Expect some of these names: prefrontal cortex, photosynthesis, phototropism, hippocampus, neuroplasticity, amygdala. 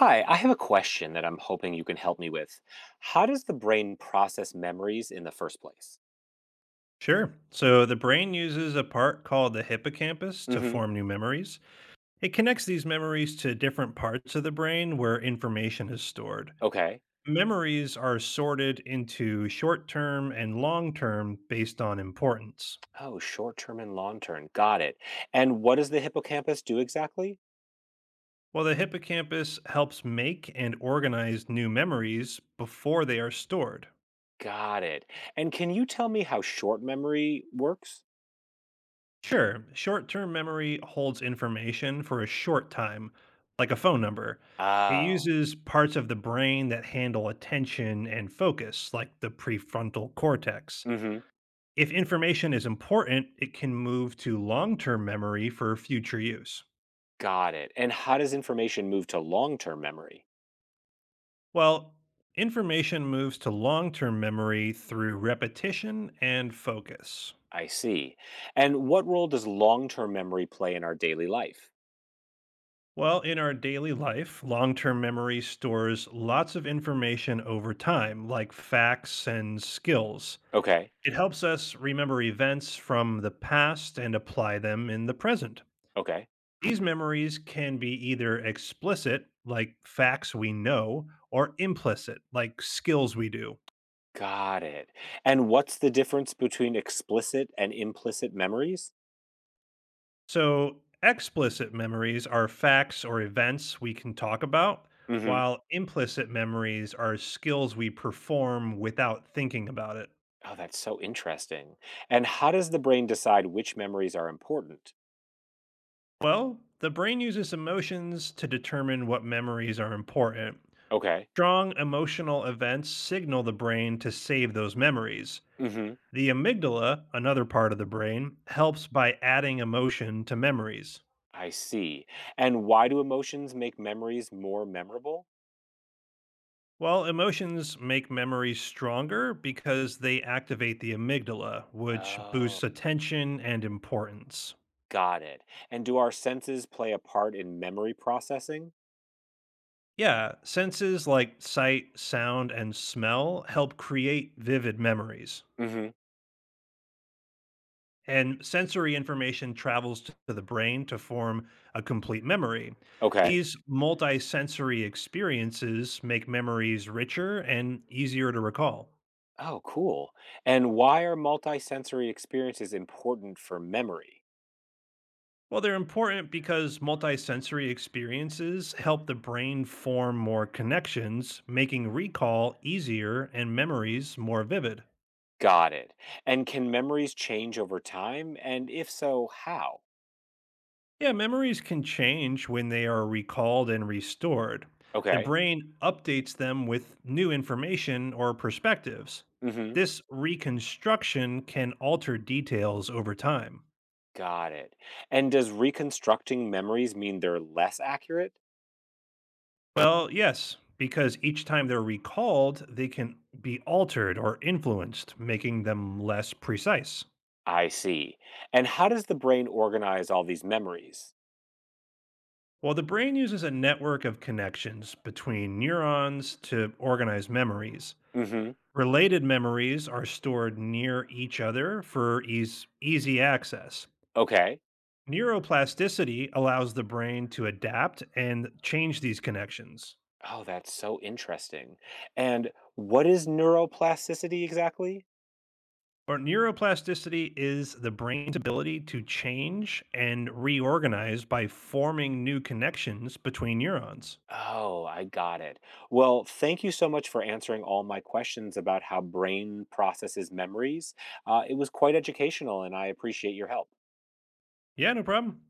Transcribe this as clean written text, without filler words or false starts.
Hi, I have a question that I'm hoping you can help me with. How does the brain process memories in the first place? Sure. So the brain uses a part called the hippocampus to Mm-hmm. form new memories. It connects these memories to different parts of the brain where information is stored. Okay. Memories are sorted into short term and long term based on importance. Oh, short term and long term. Got it. And what does the hippocampus do exactly? While the hippocampus helps make and organize new memories before they are stored. Got it. And can you tell me how short memory works? Sure. Short term memory holds information for a short time, like a phone number. It Oh. uses parts of the brain that handle attention and focus, like the prefrontal cortex. Mm-hmm. If information is important, it can move to long term memory for future use. Got it. And how does information move to long term memory? Well, information moves to long term memory through repetition and focus. I see. And what role does long term memory play in our daily life? Well, in our daily life, long term memory stores lots of information over time, like facts and skills. Okay. It helps us remember events from the past and apply them in the present. Okay. These memories can be either explicit, like facts we know, or implicit, like skills we do. Got it. And what's the difference between explicit and implicit memories? So, explicit memories are facts or events we can talk about, Mhm. while implicit memories are skills we perform without thinking about it. Oh, that's so interesting. And how does the brain decide which memories are important? Well, the brain uses emotions to determine what memories are important. Okay. Strong emotional events signal the brain to save those memories. Mhm. The amygdala, another part of the brain, helps by adding emotion to memories. I see. And why do emotions make memories more memorable? Well, emotions make memories stronger because they activate the amygdala, which boosts Oh, attention and importance. got it. And do our senses play a part in memory processing? Yeah, senses like sight, sound, and smell help create vivid memories. Mhm. And sensory information travels to the brain to form a complete memory. Okay. These multisensory experiences make memories richer and easier to recall. Oh, cool. And why are multisensory experiences important for memory? Well, they're important because multisensory experiences help the brain form more connections, making recall easier and memories more vivid. Got it. And can memories change over time? And if so, how? Yeah, memories can change when they are recalled and restored. The Okay. brain updates them with new information or perspectives. Hmm. This reconstruction can alter details over time. Got it. And does reconstructing memories mean they're less accurate? Well, yes, because each time they're recalled, they can be altered or influenced, making them less precise. I see. And how does the brain organize all these memories? Well, the brain uses a network of connections between neurons to organize memories. Hmm. Related memories are stored near each other for easy access. Okay. Neuroplasticity allows the brain to adapt and change these connections. Oh, that's so interesting. And what is neuroplasticity exactly? Or neuroplasticity is the brain's ability to change and reorganize by forming new connections between neurons. Oh, I got it. Well, thank you so much for answering all my questions about how brain processes memories. It was quite educational, and I appreciate your help. Yeah, no problem.